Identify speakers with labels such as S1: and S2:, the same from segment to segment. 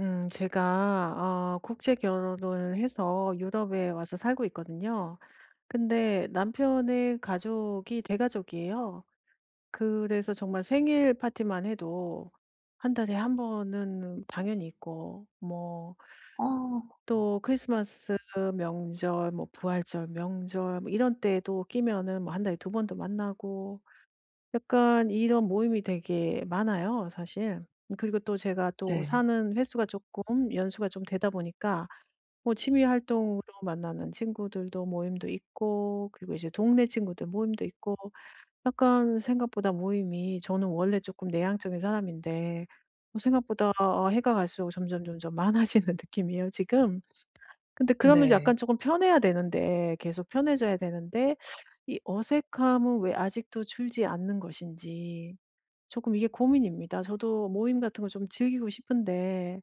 S1: 제가 국제 결혼을 해서 유럽에 와서 살고 있거든요. 근데 남편의 가족이 대가족이에요. 그래서 정말 생일 파티만 해도 한 달에 한 번은 당연히 있고 뭐
S2: 아
S1: 또 크리스마스 명절 뭐 부활절 명절 뭐 이런 때도 끼면은 뭐 한 달에 두 번도 만나고 약간 이런 모임이 되게 많아요 사실. 그리고 또 제가 또
S2: 네.
S1: 사는 횟수가 조금 연수가 좀 되다 보니까 뭐 취미 활동으로 만나는 친구들도 모임도 있고 그리고 이제 동네 친구들 모임도 있고 약간 생각보다 모임이 저는 원래 조금 내향적인 사람인데 뭐 생각보다 해가 갈수록 점점점점 많아지는 느낌이에요 지금. 근데 그러면
S2: 네.
S1: 약간 조금 편해야 되는데 계속 편해져야 되는데 이 어색함은 왜 아직도 줄지 않는 것인지. 조금 이게 고민입니다. 저도 모임 같은 거 좀 즐기고 싶은데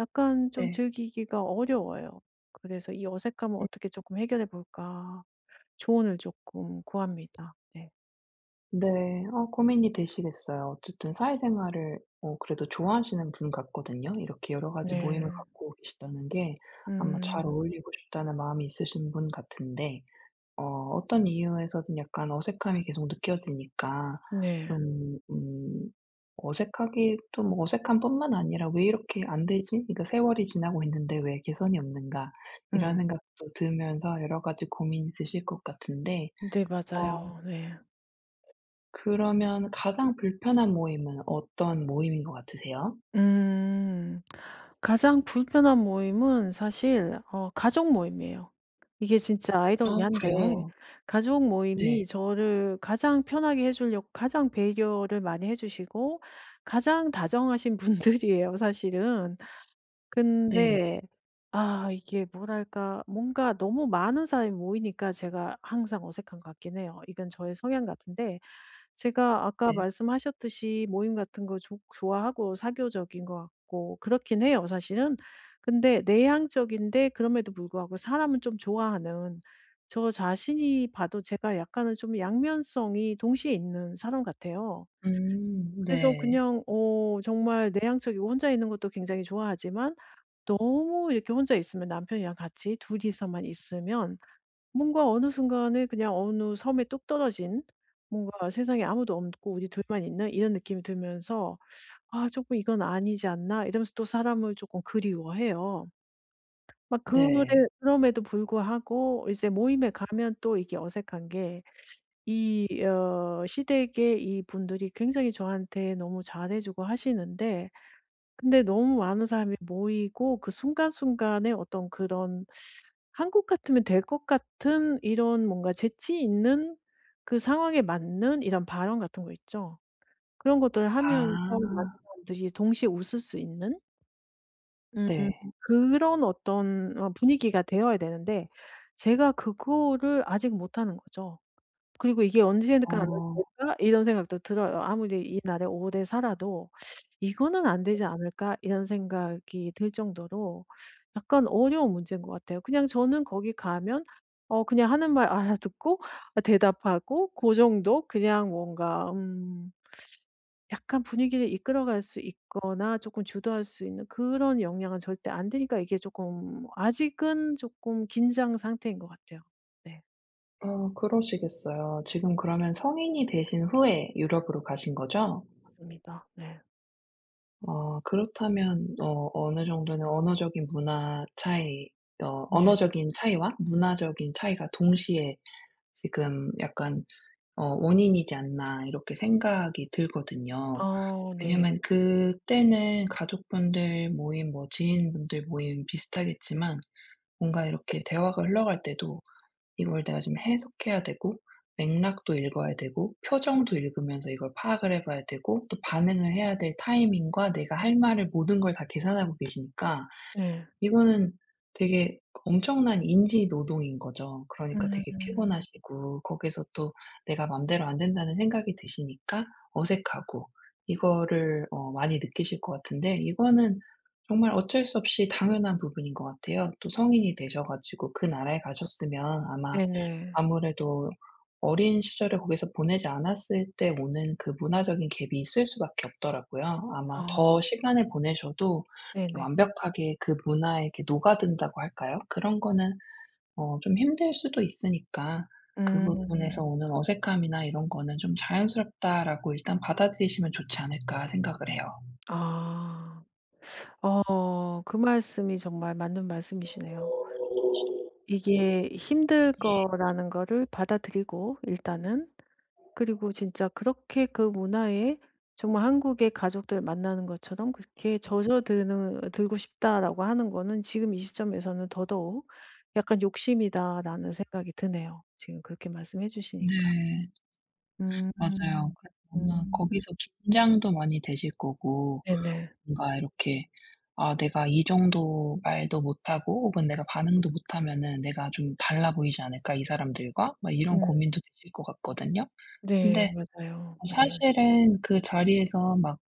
S1: 약간 좀
S2: 네.
S1: 즐기기가 어려워요. 그래서 이 어색함을 어떻게 조금 해결해 볼까 조언을 조금 구합니다. 네.
S2: 네. 아, 고민이 되시겠어요. 어쨌든 사회생활을 그래도 좋아하시는 분 같거든요. 이렇게 여러 가지 모임을
S1: 네.
S2: 갖고 계시다는 게 아마 잘
S1: 음.
S2: 어울리고 싶다는 마음이 있으신 분 같은데 어 어떤 이유에서든 약간 어색함이 계속 느껴지니까
S1: 네.
S2: 좀 어색하기도, 뭐 어색함뿐만 아니라 '왜 이렇게 안 되지? 이거 세월이 지나고 있는데 왜 개선이 없는가?' 이런
S1: 음.
S2: 생각도 들면서 여러 가지 고민이 으실 것 같은데.
S1: 네
S2: 어
S1: 맞아요. 네.
S2: 그러면 가장 불편한 모임은 어떤 모임인 것 같으세요?
S1: 음. 가장 불편한 모임은 사실 가족 모임이에요. 이게 진짜
S2: 아,
S1: 아이러니한데
S2: 그래요?
S1: 가족 모임이
S2: 네.
S1: 저를 가장 편하게 해 주려고 가장 배려를 많이 해 주시고 가장 다정하신 분들이에요 사실은.
S2: 네.
S1: 근데 아 이게 뭐랄까 뭔가 너무 많은 사람이 모이니까 제가 항상 어색한 것 같긴 해요. 이건 저의 성향 같은데 제가 아까
S2: 네.
S1: 말씀하셨듯이 모임 같은 거 좋 좋아하고 사교적인 것 같고 그렇긴 해요 사실은. 근데 내향적인데 그럼에도 불구하고 사람은 좀 좋아하는 저 자신이 봐도 제가 약간은 좀 양면성이 동시에 있는 사람 같아요. 그래서
S2: 네.
S1: 그냥 정말 내향적이고 혼자 있는 것도 굉장히 좋아하지만 너무 이렇게 혼자 있으면 남편이랑 같이 둘이서만 있으면 뭔가 어느 순간에 그냥 어느 섬에 뚝 떨어진 뭔가 '세상에 아무도 없고 우리 둘만 있는?' 이런 느낌이 들면서 '아 조금 이건 아니지 않나?' 이러면서 또 사람을 조금 그리워해요. 막 그래
S2: 네.
S1: 그럼에도 불구하고 이제 모임에 가면 또 이게 어색한 게 이 시댁의 이분들이 굉장히 저한테 너무 잘해 주고 하시는데 근데 너무 많은 사람이 모이고 그 순간순간에 어떤 그런 한국 같으면 될 것 같은 이런 뭔가 재치 있는 그 상황에 맞는 이런 발언 같은 거 있죠. 그런 것들을
S2: 아
S1: 하면서 많은 사람들이 동시에 웃을 수 있는 음.
S2: 네.
S1: 그런 어떤 분위기가 되어야 되는데 제가 그거를 아직 못하는 거죠. 그리고 '이게 언제니까 안
S2: 어.
S1: 될까?' 이런 생각도 들어요. 아무리 이 나라에 오래 살아도 '이거는 안 되지 않을까?' 이런 생각이 들 정도로 약간 어려운 문제인 것 같아요. 그냥 저는 거기 가면 그냥 하는 말 알아듣고 대답하고 고 정도 그냥 뭔가 약간 분위기를 이끌어갈 수 있거나 쪼끔 주도할 수 있는 그런 역량은 절대 안 되니까 이게 쪼끔 아직은 쪼끔 긴장 상태인 것 같아요. 네.
S2: 어, 그러시겠어요. 지금 그러면 성인이 되신 후에 유럽으로 가신 거죠?
S1: 맞습니다. 네.
S2: 그렇다면 어 어느 정도는 언어적인 문화 차이,
S1: 네.
S2: 언어적인 차이와 문화적인 차이가 동시에 지금 약간 원인이지 않나 이렇게 생각이 들거든요.
S1: 아 네.
S2: 왜냐면 그때는 가족분들 모임, 뭐 지인분들 모임 비슷하겠지만 뭔가 이렇게 대화가 흘러갈 때도 이걸 내가 지금 해석해야 되고 맥락도 읽어야 되고 표정도 읽으면서 이걸 파악을 해 봐야 되고 또 반응을 해야 될 타이밍과 내가 할 말을 모든 걸 다 계산하고 계시니까
S1: 네.
S2: 이거는 되게 엄청난 인지 노동인 거죠. 그러니까 되게
S1: 음.
S2: 피곤하시고 거기서 또 '내가 맘대로 안 된다.'는 생각이 드시니까 어색하고, 이거를 많이 느끼실 것 같은데, 이거는 정말 어쩔 수 없이 당연한 부분인 것 같아요. 또 성인이 되셔 가지고 그 나라에 가셨으면 아마
S1: 네네.
S2: 아무래도 어린 시절을 거기서 보내지 않았을 때 오는 그 문화적인 갭이 있을 수밖에 없더라고요. 아마
S1: 아
S2: 더 시간을 보내셔도 이렇게
S1: 네네.
S2: 완벽하게 그 문화에 이렇게 녹아든다고 할까요? 그런 거는 좀 힘들 수도 있으니까 그 부분에서
S1: 음.
S2: 오는 어색함이나 이런 거는 좀 '자연스럽다.'라고 일단 받아들이시면 좋지 않을까 생각을 해요.
S1: 아. 그 말씀이 정말 맞는 말씀이시네요. 이게 힘들 거라는 거를 받아들이고 일단은 그리고 진짜 그렇게 그 문화에 정말 한국의 가족들 만나는 것처럼 그렇게 '젖어드는 들고 싶다.'라고 하는 거는 지금 이 시점에서는 더더욱 약간 '욕심이다.'라는 생각이 드네요, 지금 그렇게 말씀해 주시니까.
S2: 네. 맞아요.
S1: 음.
S2: 그래서 아마
S1: 음.
S2: 거기서 긴장도 많이 되실 거고
S1: 네네.
S2: 뭔가 이렇게 아, 내가 이 정도 말도 못하고 혹은 내가 반응도 못하면은 '내가 좀 달라 보이지 않을까 이 사람들과?' 막 이런
S1: 음.
S2: 고민도 되실 것 같거든요.
S1: 네
S2: 근데
S1: 맞아요. 네.
S2: 사실은 그 자리에서 막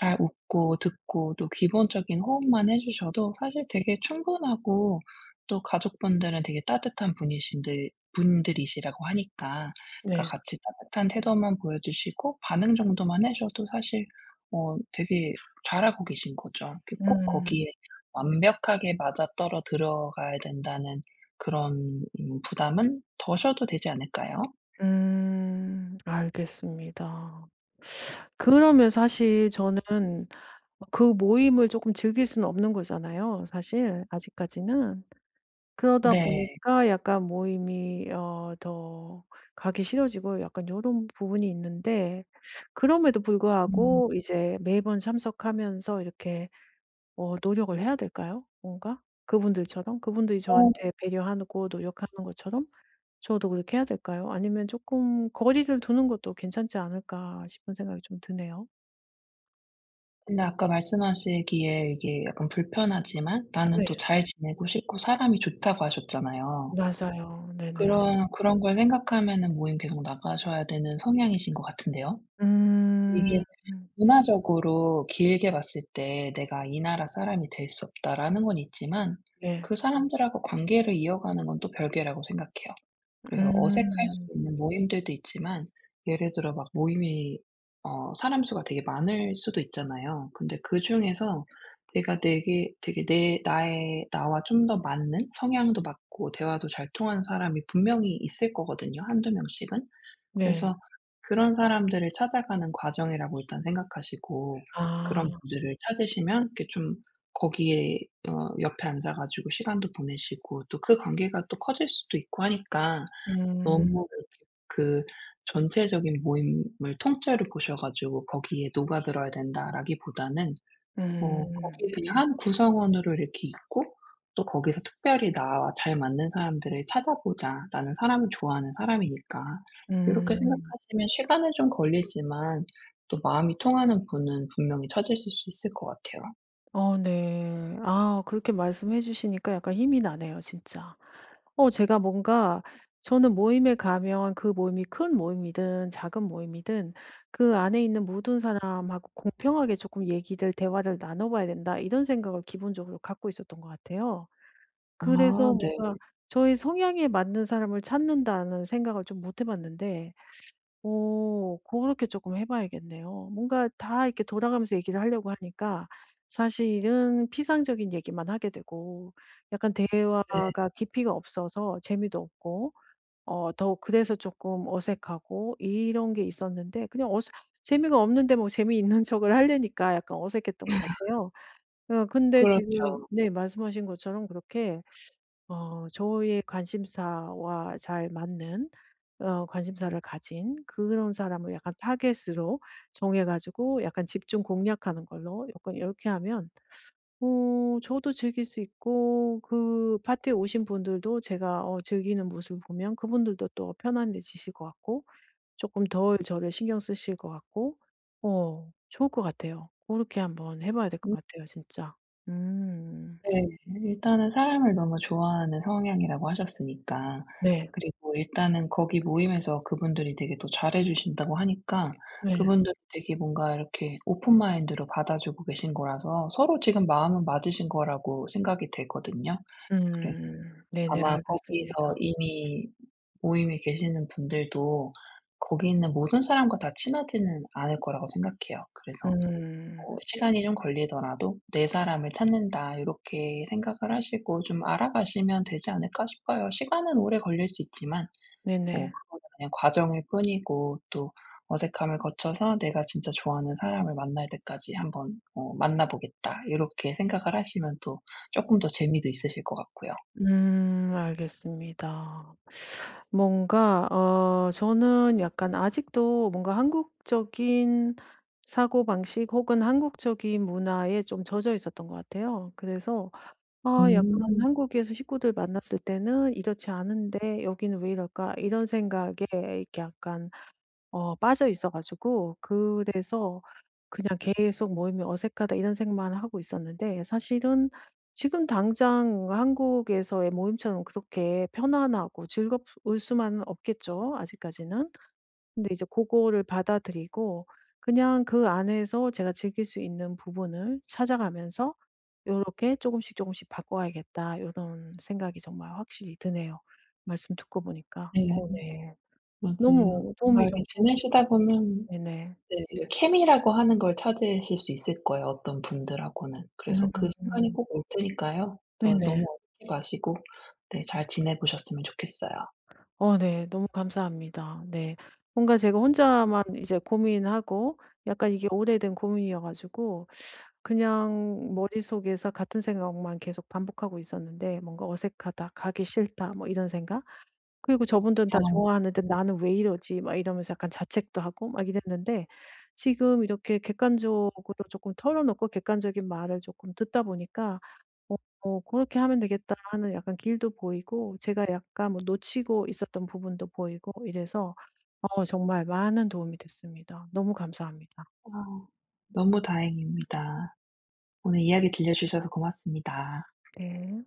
S2: 잘 웃고 듣고 또 기본적인 호응만 해 주셔도 사실 되게 충분하고 또 가족분들은 되게 따뜻한 분이신들 분들이시라고 하니까 그러니까
S1: 네.
S2: 같이 따뜻한 태도만 보여주시고 반응 정도만 해셔도 사실 되게 잘하고 계신 거죠. 그 꼭
S1: 음.
S2: 거기에 완벽하게 맞아떨어 들어가야 된다는 그런 부담은 더셔도 되지 않을까요?
S1: 음. 알겠습니다. 그러면 사실 저는 그 모임을 쪼끔 즐길 수는 없는 거잖아요 사실 아직까지는. 그러다
S2: 네.
S1: 보니까 약간 모임이 더 가기 싫어지고 약간 요런 부분이 있는데 그럼에도
S2: 음.
S1: 불구하고 이제 매번 참석하면서 이렇게 노력을 해야 될까요? 뭔가? 그분들처럼? 그분들이 저한테 배려하고 노력하는 것처럼 저도 그렇게 해야 될까요? 아니면 조금 거리를 두는 것도 괜찮지 않을까 싶은 생각이 좀 드네요.
S2: 근데 아까 말씀하시기에 이게 약간 불편하지만 나는
S1: 네.
S2: 또 잘 지내고 싶고 사람이 좋다고 하셨잖아요.
S1: 맞아요. 네네.
S2: 그런 걸 생각하면은 모임 계속 나가셔야 되는 성향이신 것 같은데요.
S1: 음.
S2: 이게 문화적으로 길게 봤을 때 '내가 이 나라 사람이 될 수 없다.'라는 건 있지만
S1: 네.
S2: 그 사람들하고 관계를 이어가는 건 또 별개라고 생각해요. 그래서 어색할
S1: 음.
S2: 수 있는 모임들도 있지만 예를 들어 막 모임이 사람 수가 되게 많을 수도 있잖아요. 근데 그중에서 내가 되게 내 나의 나와 좀 더 맞는 성향도 맞고 대화도 잘 통하는 사람이 분명히 있을 거거든요, 한두 명씩은.
S1: 네.
S2: 그래서 그런 사람들을 찾아가는 과정이라고 일단 생각하시고
S1: 아.
S2: 그런 분들을 찾으시면 이렇게 좀 거기에 옆에 앉아 가지고 시간도 보내시고 또 그 관계가 또 커질 수도 있고 하니까
S1: 음.
S2: 너무 이렇게 그 전체적인 모임을 통째로 보셔 가지고 '거기에 녹아들어야 된다.'라기보다는
S1: 음.
S2: 거기 그냥 한 구성원으로 이렇게 있고 또 거기서 특별히 '나와 잘 맞는 사람들을 찾아보자. 나는 사람을 좋아하는 사람이니까.' 이렇게
S1: 음.
S2: 생각하시면 시간은 좀 걸리지만 또 마음이 통하는 분은 분명히 찾으실 수 있을 것 같아요.
S1: 네. 아 그렇게 말씀해 주시니까 약간 힘이 나네요 진짜. 제가 뭔가 저는 모임에 가면 그 모임이 큰 모임이든 작은 모임이든 그 안에 있는 모든 사람하고 공평하게 조금 얘기를 대화를 나눠 봐야 된다 이런 생각을 기본적으로 갖고 있었던 것 같아요. 그래서
S2: 아 네.
S1: 뭔가 저의 성향에 맞는 사람을 찾는다는 생각을 좀 못해 봤는데 오, 그렇게 조금 해 봐야겠네요. 뭔가 다 이렇게 돌아가면서 얘기를 하려고 하니까 사실은 피상적인 얘기만 하게 되고 약간
S2: 네.
S1: 대화가 깊이가 없어서 재미도 없고 더 그래서 조금 어색하고 이런 게 있었는데 그냥 어색 재미가 없는데 뭐 재미있는 척을 하려니까 약간 어색했던 것 같아요. 근데 지금
S2: 그렇죠.
S1: 네 말씀하신 것처럼 그렇게 저의 관심사와 잘 맞는 관심사를 가진 그런 사람을 약간 타겟으로 정해 가지고 약간 집중 공략하는 걸로 약간 이렇게 하면 저도 즐길 수 있고 그 파티에 오신 분들도 제가 즐기는 모습을 보면 그분들도 또 편안해지실 것 같고 조금 덜 저를 신경 쓰실 것 같고 좋을 것 같아요. 그렇게 한번 해 봐야 될 것 같아요 진짜. 음.
S2: 네. 일단은 사람을 너무 좋아하는 성향이라고 하셨으니까.
S1: 네.
S2: 그리고 일단은 거기 모임에서 그분들이 되게 또 잘해 주신다고 하니까
S1: 네.
S2: 그분들이 되게 뭔가 이렇게 오픈 마인드로 받아주고 계신 거라서 서로 지금 마음은 맞으신 거라고 생각이 되거든요. 그래서
S1: 음. 네네.
S2: 아마 거기서
S1: 알겠습니다.
S2: 이미 모임에 계시는 분들도 거기 있는 모든 사람과 다 친하지는 않을 거라고 생각해요. 그래서
S1: 음.
S2: 뭐 '시간이 좀 걸리더라도 내 사람을 찾는다.' 이렇게 생각을 하시고 좀 알아가시면 되지 않을까 싶어요. 시간은 오래 걸릴 수 있지만 뭐
S1: 네네.
S2: 그거는 그냥 과정일 뿐이고 또 어색함을 거쳐서 '내가 진짜 좋아하는 사람을 만날 때까지 한번 만나 보겠다.' 이렇게 생각을 하시면 또 조금 더 재미도 있으실 것 같고요.
S1: 알겠습니다. 뭔가 저는 약간 아직도 뭔가 한국적인 사고방식 혹은 한국적인 문화에 좀 젖어 있었던 것 같아요. 그래서 아 약간
S2: 음.
S1: 한국에서 식구들 만났을 때는 '이렇지 않은데 여기는 왜 이럴까?' 이런 생각에 이렇게 약간 빠져 있어 가지고 그래서 그냥 계속 '모임이 어색하다.' 이런 생각만 하고 있었는데 사실은 지금 당장 한국에서의 모임처럼 그렇게 편안하고 즐거울 수만은 없겠죠 아직까지는. 근데 이제 그거를 받아들이고 그냥 그 안에서 제가 즐길 수 있는 부분을 찾아가면서 요렇게 조금씩 조금씩 바꿔야겠다.' 요런 생각이 정말 확실히 드네요 말씀 듣고 보니까.
S2: 네.
S1: 네.
S2: 맞아요.
S1: 너무
S2: 뭔가
S1: 도움이
S2: 이렇게
S1: 정말
S2: 지내시다 보면
S1: 네네.
S2: 네. 이제 케미라고 하는 걸 찾으실 수 있을 거예요, 어떤 분들하고는. 그래서 그 순간이
S1: 음.
S2: 꼭 올 테니까요. 너
S1: 네네.
S2: 너무 어렵게 마시고 네, 잘 지내보셨으면 좋겠어요.
S1: 네. 너무 감사합니다. 네. 뭔가 제가 혼자만 이제 고민하고 약간 이게 오래된 고민이어 가지고 그냥 머릿속에서 같은 생각만 계속 반복하고 있었는데 뭔가 '어색하다. 가기 싫다.' 뭐 이런 생각. 그리고 '저분들은 다
S2: 어.
S1: 좋아하는데 나는 왜 이러지?' 막 이러면서 약간 자책도 하고 막 이랬는데 지금 이렇게 객관적으로 쪼끔 털어 놓고 객관적인 말을 쪼끔 듣다 보니까 '그렇게 하면 되겠다.' 하는 약간 길도 보이고 제가 약간 뭐 놓치고 있었던 부분도 보이고 이래서 정말 많은 도움이 됐습니다. 너무 감사합니다.
S2: 어. 너무 다행입니다. 오늘 이야기 들려주셔서 고맙습니다.
S1: 네.